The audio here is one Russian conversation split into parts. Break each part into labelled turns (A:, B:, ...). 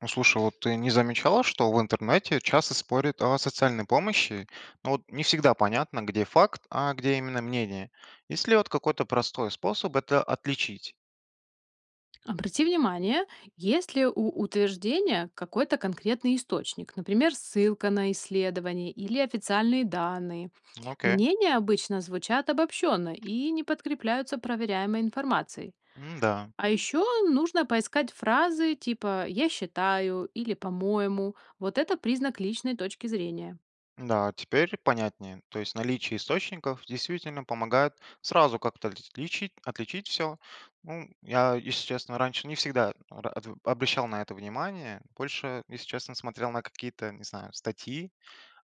A: Ну, слушай, вот ты не замечала, что в интернете часто спорят о социальной помощи, но вот не всегда понятно, где факт, а где именно мнение. Есть ли вот какой-то простой способ это отличить?
B: Обрати внимание, есть ли у утверждения какой-то конкретный источник, например, ссылка на исследование или официальные данные.
A: Окей.
B: Мнения обычно звучат обобщенно и не подкрепляются проверяемой информацией.
A: М, да,
B: А еще нужно поискать фразы типа «я считаю» или «по-моему». Вот это признак личной точки зрения.
A: да, теперь понятнее. То есть наличие источников действительно помогает сразу как-то отличить все. Ну, я, если честно, раньше не всегда обращал на это внимание, больше, если честно, смотрел на какие-то, не знаю, статьи.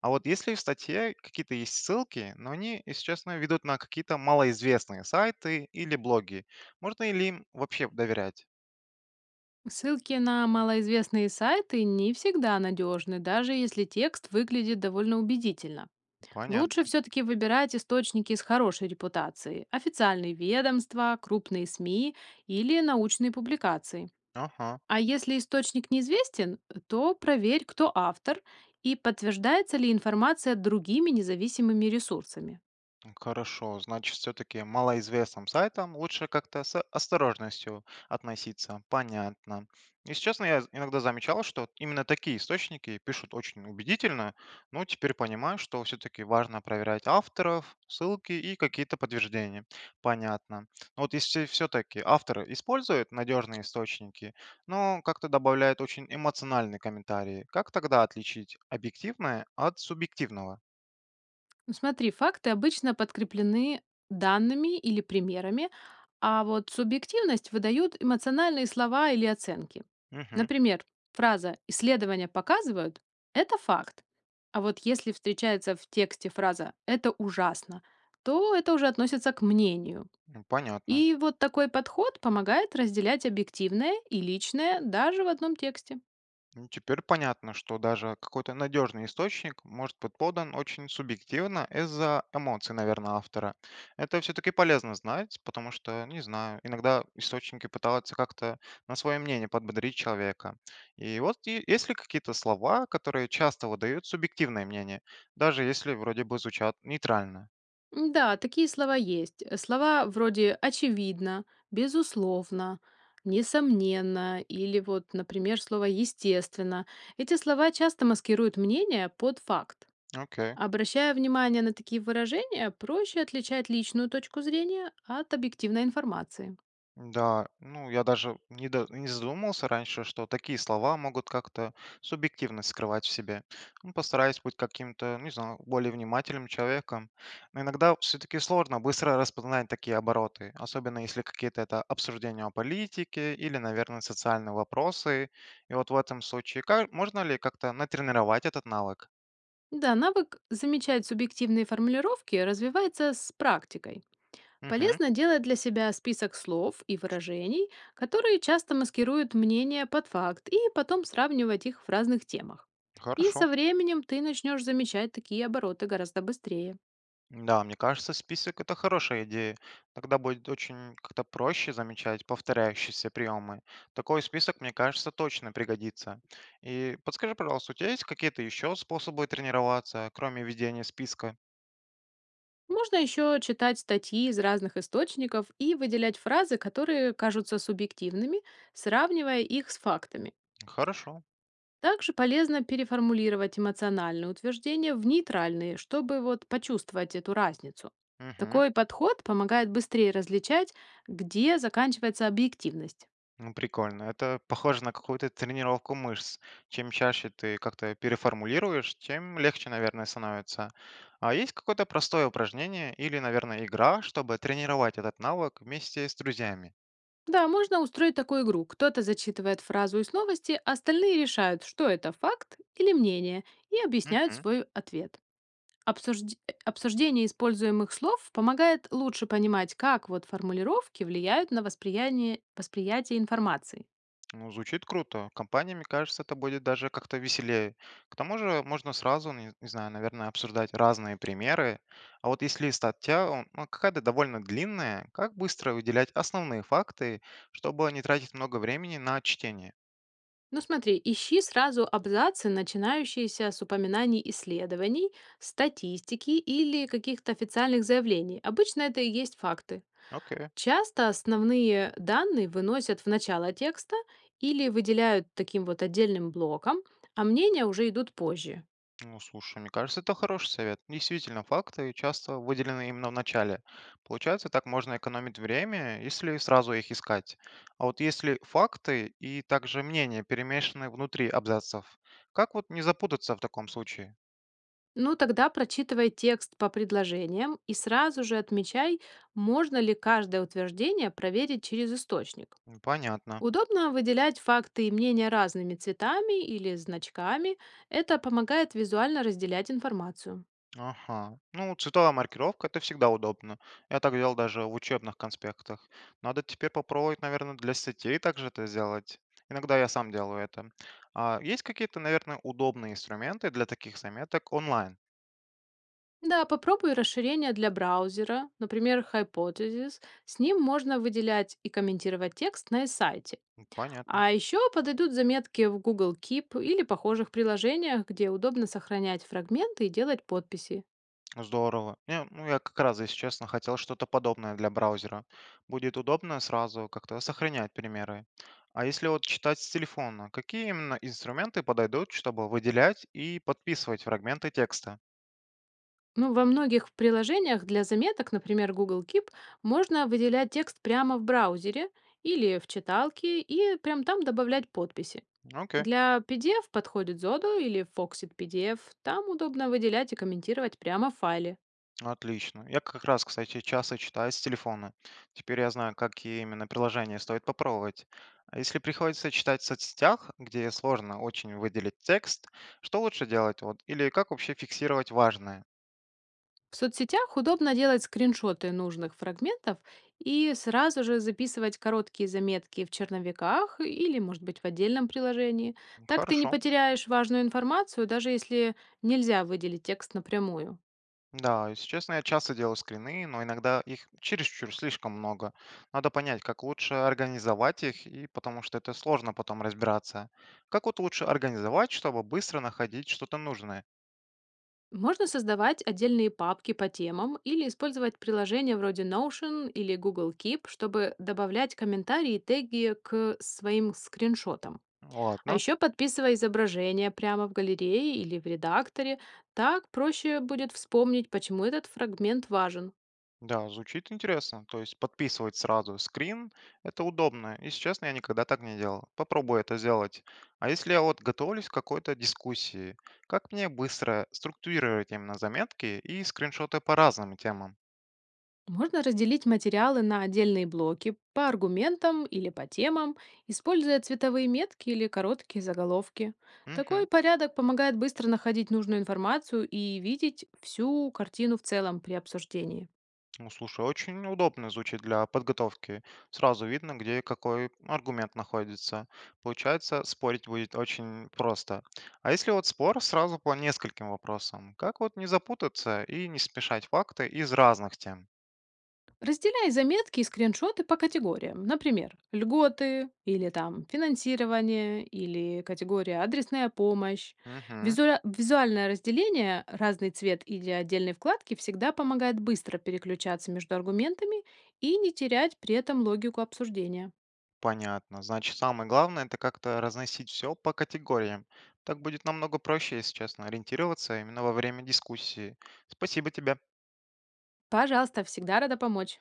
A: А вот если в статье какие-то есть ссылки, но они, если честно, ведут на какие-то малоизвестные сайты или блоги, можно ли им вообще доверять?
B: Ссылки на малоизвестные сайты не всегда надежны, даже если текст выглядит довольно убедительно. Лучше
A: Понятно.
B: все-таки выбирать источники с хорошей репутацией, официальные ведомства, крупные СМИ или научные публикации.
A: Ага.
B: А если источник неизвестен, то проверь, кто автор и подтверждается ли информация другими независимыми ресурсами.
A: Хорошо, значит, все-таки малоизвестным сайтам лучше как-то с осторожностью относиться, понятно. Если честно, я иногда замечал, что вот именно такие источники пишут очень убедительно, но теперь понимаю, что все-таки важно проверять авторов, ссылки и какие-то подтверждения. Понятно. Но вот если все-таки авторы используют надежные источники, но как-то добавляют очень эмоциональные комментарии, как тогда отличить объективное от субъективного?
B: Ну смотри, факты обычно подкреплены данными или примерами, а вот субъективность выдают эмоциональные слова или оценки.
A: Угу,
B: Например, фраза «исследования показывают» — это факт. А вот если встречается в тексте фраза «это ужасно», то это уже относится к мнению.
A: понятно.
B: И вот такой подход помогает разделять объективное и личное даже в одном тексте.
A: Ну, теперь понятно, что даже какой-то надежный источник может быть подан очень субъективно из-за эмоций, наверное, автора. Это все-таки полезно знать, потому что, не знаю, иногда источники пытаются как-то на свое мнение подбодрить человека. И вот есть ли какие-то слова, которые часто выдают субъективное мнение, даже если вроде бы звучат нейтрально?
B: М, да, такие слова есть. Слова вроде «очевидно», «безусловно», «несомненно» или вот, например, слово «естественно». Эти слова часто маскируют мнение под факт.
A: Окей.
B: Обращая внимание на такие выражения, проще отличать личную точку зрения от объективной информации.
A: Да, ну я даже не, не задумывался раньше, что такие слова могут как-то субъективность скрывать в себе. Ну, постараюсь быть каким-то, не знаю, более внимательным человеком. Но иногда все-таки сложно быстро распознать такие обороты, особенно если какие-то это обсуждения о политике или, наверное, социальные вопросы. И вот в этом случае, как, можно ли как-то натренировать этот навык?
B: Да, навык замечать субъективные формулировки развивается с практикой.
A: Угу,
B: Полезно делать для себя список слов и выражений, которые часто маскируют мнение под факт, и потом сравнивать их в разных темах. И
A: хорошо.
B: со временем ты начнешь замечать такие обороты гораздо быстрее.
A: Да, мне кажется, список это хорошая идея. Тогда будет очень как-то проще замечать повторяющиеся приемы. Такой список, мне кажется, точно пригодится. И подскажи, пожалуйста, у тебя есть какие-то еще способы тренироваться, кроме ведения списка?
B: Можно еще читать статьи из разных источников и выделять фразы, которые кажутся субъективными, сравнивая их с фактами.
A: Хорошо.
B: Также полезно переформулировать эмоциональные утверждения в нейтральные, чтобы вот почувствовать эту разницу.
A: Мгм.
B: Такой подход помогает быстрее различать, где заканчивается объективность.
A: Ну, прикольно. Это похоже на какую-то тренировку мышц. Чем чаще ты как-то переформулируешь, тем легче, наверное, становится. А есть какое-то простое упражнение или, наверное, игра, чтобы тренировать этот навык вместе с друзьями?
B: Да, можно устроить такую игру. Кто-то зачитывает фразу из новости, а остальные решают, что это факт или мнение, и объясняют
A: Мгм.
B: свой ответ. Обсужд- Обсуждение используемых слов помогает лучше понимать, как вот формулировки влияют на восприятие информации.
A: Ну, звучит круто. Компания, мне кажется, это будет даже как-то веселее. К тому же можно сразу, не знаю, наверное, обсуждать разные примеры. А вот если статья, ну, какая-то довольно длинная, как быстро выделять основные факты, чтобы не тратить много времени на чтение?
B: Ну смотри, ищи сразу абзацы, начинающиеся с упоминаний исследований, статистики или каких-то официальных заявлений. Обычно это и есть факты.
A: Окей.
B: Часто основные данные выносят в начало текста или выделяют таким вот отдельным блоком, а мнения уже идут позже.
A: Ну, слушай, мне кажется, это хороший совет. Действительно, факты часто выделены именно в начале. Получается, так можно экономить время, если сразу их искать. А вот если факты и также мнения перемешаны внутри абзацев, как вот не запутаться в таком случае?
B: Ну тогда прочитывай текст по предложениям и сразу же отмечай, можно ли каждое утверждение проверить через источник.
A: М, понятно.
B: Удобно выделять факты и мнения разными цветами или значками. Это помогает визуально разделять информацию.
A: Ага. Ну, вот цветовая маркировка это всегда удобно. Я так делал даже в учебных конспектах. Надо теперь попробовать, наверное, для сетей также это сделать. Иногда я сам делаю это. А есть какие-то, наверное, удобные инструменты для таких заметок онлайн?
B: Да, попробуй расширение для браузера, например, Hypothesis. С ним можно выделять и комментировать текст на сайте.
A: М, понятно.
B: А еще подойдут заметки в Google Keep или похожих приложениях, где удобно сохранять фрагменты и делать подписи.
A: Здорово. Не, ну, я как раз, если честно, хотел что-то подобное для браузера. Будет удобно сразу как-то сохранять примеры. А если вот читать с телефона, какие именно инструменты подойдут, чтобы выделять и подписывать фрагменты текста?
B: Ну, во многих приложениях для заметок, например, Google Keep, можно выделять текст прямо в браузере или в читалке и прям там добавлять подписи.
A: Окей.
B: Для PDF подходит Zodo или Foxit PDF. Там удобно выделять и комментировать прямо в файле.
A: Отлично. Я как раз, кстати, часто читаю с телефона. Теперь я знаю, какие именно приложения стоит попробовать. А если приходится читать в соцсетях, где сложно очень выделить текст, что лучше делать? Вот, или как вообще фиксировать важное?
B: В соцсетях удобно делать скриншоты нужных фрагментов и сразу же записывать короткие заметки в черновиках или, может быть, в отдельном приложении. Так ты не
A: Хорошо.
B: потеряешь важную информацию, даже если нельзя выделить текст напрямую.
A: Да, если честно, я часто делаю скрины, но иногда их чересчур слишком много. Надо понять, как лучше организовать их, и потому что это сложно потом разбираться. Как вот лучше организовать, чтобы быстро находить что-то нужное?
B: Можно создавать отдельные папки по темам или использовать приложения вроде Notion или Google Keep, чтобы добавлять комментарии и теги к своим скриншотам. А
A: Ладно.
B: еще подписывай изображение прямо в галерее или в редакторе. Так проще будет вспомнить, почему этот фрагмент важен.
A: Да, звучит интересно. То есть подписывать сразу скрин– это удобно. Если честно, я никогда так не делал. Попробую это сделать. А если я вот готовлюсь к какой-то дискуссии, как мне быстро структурировать именно заметки и скриншоты по разным темам?
B: Можно разделить материалы на отдельные блоки по аргументам или по темам, используя цветовые метки или короткие заголовки. Такой
A: Мгм.
B: порядок помогает быстро находить нужную информацию и видеть всю картину в целом при обсуждении.
A: Ну, слушай, очень удобно звучит для подготовки. Сразу видно, где какой аргумент находится. Получается, спорить будет очень просто. А если вот спор сразу по нескольким вопросам, как вот не запутаться и не смешать факты из разных тем?
B: Разделяй заметки и скриншоты по категориям. Например, льготы, или там финансирование, или категория адресная помощь.
A: Угу,
B: Визуальное разделение, разный цвет или отдельные вкладки всегда помогает быстро переключаться между аргументами и не терять при этом логику обсуждения.
A: понятно. Значит, самое главное это как-то разносить все по категориям. Так будет намного проще, если честно, ориентироваться именно во время дискуссии. Спасибо тебе.
B: Пожалуйста, всегда рада помочь.